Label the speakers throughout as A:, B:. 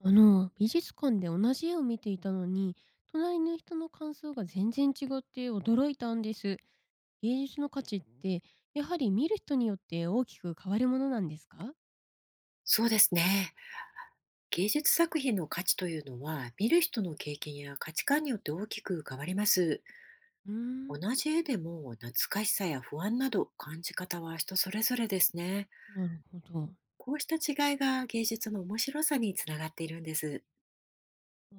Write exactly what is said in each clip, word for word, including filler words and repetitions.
A: あの美術館で同じ絵を見ていたのに、隣の人の感想が全然違って驚いたんです。芸術の価値って、やはり見る人によって大きく変わるものなんですか？
B: そうですね。芸術作品の価値というのは、見る人の経験や価値観によって大きく変わります。
A: うー
B: 同
A: ん。
B: じ絵でも懐かしさや不安など、感じ方は人それぞれですね。
A: なるほど。
B: こうした違いが芸術の面白さにつながっているんです。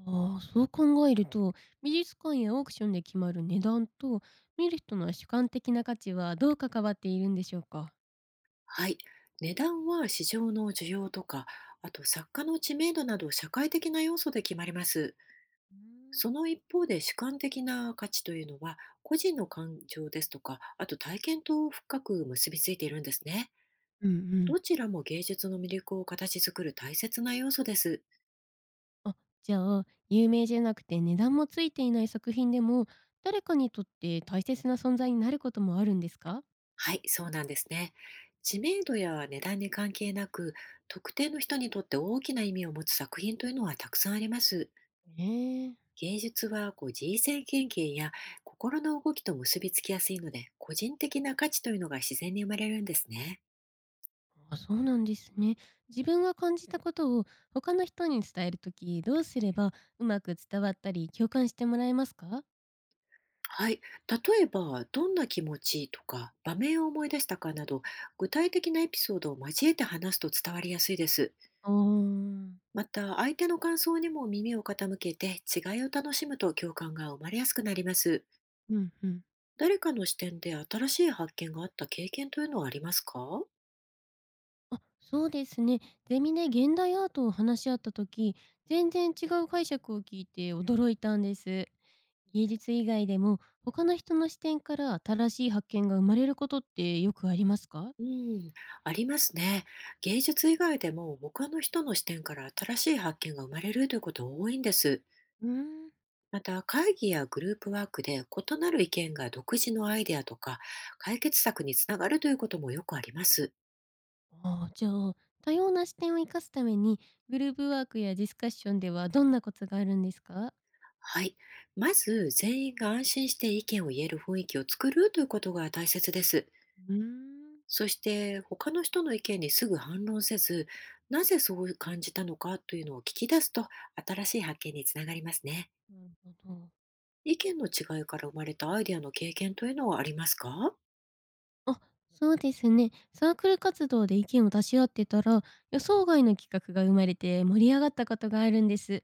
A: ああ、そう考えると、美術館やオークションで決まる値段と見る人の主観的な価値はどう関わっているんでしょうか？
B: はい。値段は市場の需要とか、あと作家の知名度など、社会的な要素で決まります。
A: うーん。
B: その一方で、主観的な価値というのは個人の感情ですとか、あと体験と深く結びついているんですね。
A: うんうん。
B: どちらも芸術の魅力を形作る大切な要素です。
A: あ、じゃあ、有名じゃなくて値段もついていない作品でも、誰かにとって大切な存在になることもあるんですか？
B: はい、そうなんですね。知名度や値段に関係なく、特定の人にとって大きな意味を持つ作品というのはたくさんあります。
A: ええ。
B: 芸術はこう、人生経験や心の動きと結びつきやすいので、個人的な価値というのが自然に生まれるんですね。
A: あ、そうなんですね。自分が感じたことを他の人に伝えるとき、どうすればうまく伝わったり共感してもらえますか？
B: はい、例えば、どんな気持ちとか場面を思い出したかなど、具体的なエピソードを交えて話すと伝わりやすいです。
A: おー。
B: また、相手の感想にも耳を傾けて、違いを楽しむと共感が生まれやすくなります。
A: うんうん。
B: 誰かの視点で新しい発見があった経験というのはありますか？
A: あ、そうですね。ゼミで現代アートを話し合った時、全然違う解釈を聞いて驚いたんです。芸術以外でも他の人の視点から新しい発見が生まれることってよくありますか？
B: うん、ありますね。芸術以外でも他の人の視点から新しい発見が生まれるということが多いんです。
A: うーん。
B: また、会議やグループワークで異なる意見が独自のアイデアとか解決策につながるということもよくあります。
A: ああ、じゃあ、多様な視点を生かすためにグループワークやディスカッションではどんなコツがあるんですか？
B: はい。まず、全員が安心して意見を言える雰囲気を作るということが大切です。
A: うーん。
B: そして、他の人の意見にすぐ反論せず、なぜそう感じたのかというのを聞き出すと、新しい発見につながりますね。
A: なるほど。
B: 意見の違いから生まれたアイデアの経験というのはありますか？
A: あ、そうですね。サークル活動で意見を出し合ってたら、予想外の企画が生まれて盛り上がったことがあるんです。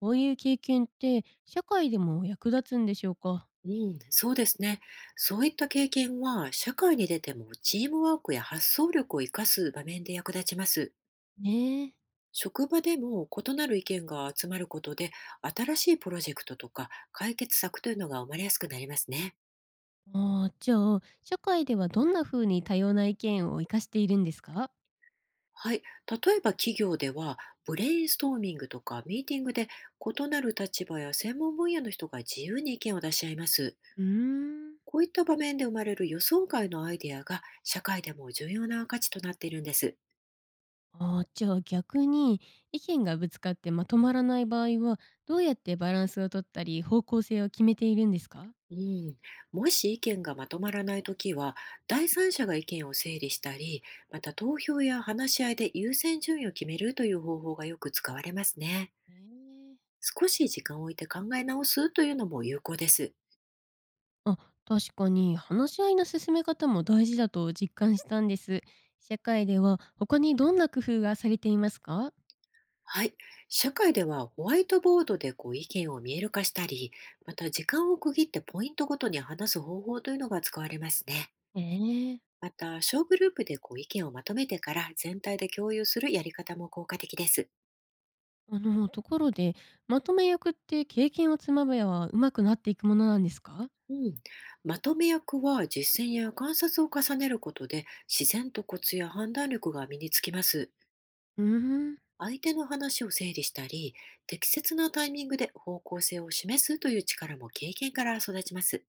A: こういう経験って社会でも役立つんでしょうか？
B: うん、そうですね。そういった経験は、社会に出てもチームワークや発想力を活かす場面で役立ちます。
A: ねえ。
B: 職場でも異なる意見が集まることで、新しいプロジェクトとか解決策というのが生まれやすくなりますね。
A: ああ、じゃあ、社会ではどんな風に多様な意見を活かしているんですか？
B: はい。例えば企業では、ブレインストーミングとかミーティングで異なる立場や専門分野の人が自由に意見を出し合います。
A: うーん。
B: こういった場面で生まれる予想外のアイデアが社会でも重要な価値となっているんです。
A: ああ、じゃあ逆に、意見がぶつかってまとまらない場合は、どうやってバランスを取ったり方向性を決めているんですか？
B: うん、もし意見がまとまらないときは、第三者が意見を整理したり、また投票や話し合いで優先順位を決めるという方法がよく使われますね。
A: ええ。
B: 少し時間を置いて考え直すというのも有効です。
A: あ、確かに話し合いの進め方も大事だと実感したんです。社会では他にどんな工夫がされていますか？
B: はい。社会ではホワイトボードでこう、意見を見える化したり、また時間を区切ってポイントごとに話す方法というのが使われますね。
A: ええ。
B: また、小グループでこう意見をまとめてから全体で共有するやり方も効果的です。
A: あの、ところで、まとめ役って経験を積まべば上手くなっていくものなんですか？
B: うん、まとめ役は実践や観察を重ねることで、自然とコツや判断力が身につきます。
A: うーん、
B: 相手の話を整理したり、適切なタイミングで方向性を示すという力も経験から育ちます。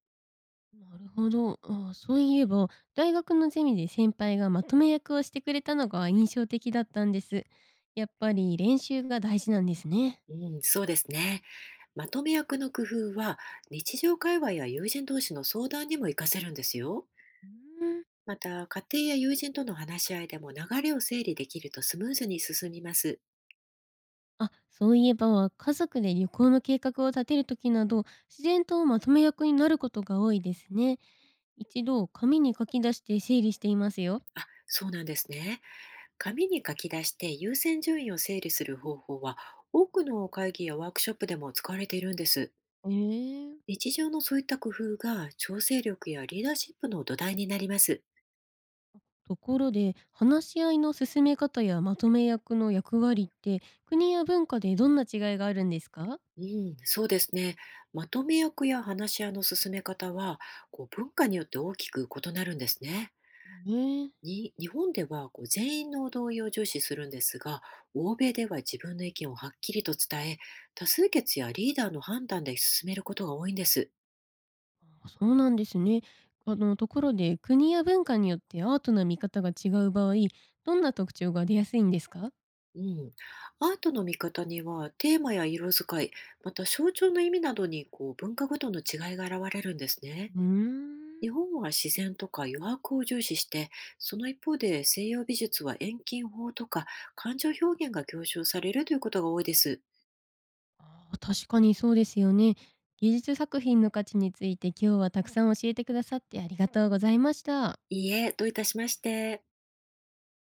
A: なるほど。あ、そういえば、大学のゼミで先輩がまとめ役をしてくれたのが印象的だったんです。やっぱり練習が大事なんですね。
B: うん、そうですね。まとめ役の工夫は日常会話や友人同士の相談にも活かせるんですよ。
A: うーん。
B: また、家庭や友人との話し合いでも流れを整理できるとスムーズに進みます。
A: あ、そういえば、家族で旅行の計画を立てるときなど、自然とまとめ役になることが多いですね。一度、紙に書き出して整理していますよ。
B: あ、そうなんですね。紙に書き出して優先順位を整理する方法は、多くの会議やワークショップでも使われているんです。
A: ええ。
B: 日常のそういった工夫が調整力やリーダーシップの土台になります。
A: ところで、話し合いの進め方やまとめ役の役割って、国や文化でどんな違いがあるんですか？
B: うん、そうですね。まとめ役や話し合いの進め方は、こう、文化によって大きく異なるんですね。
A: ね。
B: に日本ではこう、全員の同意を重視するんですが、欧米では自分の意見をはっきりと伝え、多数決やリーダーの判断で進めることが多いんです。
A: あ、そうなんですね。あの、ところで、国や文化によってアートな見方が違う場合、どんな特徴が出やすいんですか？
B: うん、アートの見方にはテーマや色使い、また象徴の意味などに、こう、文化ごとの違いが現れるんですね。
A: うーん。
B: 日本は自然とか余白を重視して、その一方で西洋美術は遠近法とか感情表現が強調されるということが多いです。
A: あー、確かにそうですよね。技術作品の価値について今日はたくさん教えてくださってありがとうございました。
B: いいえ、どういたしまして。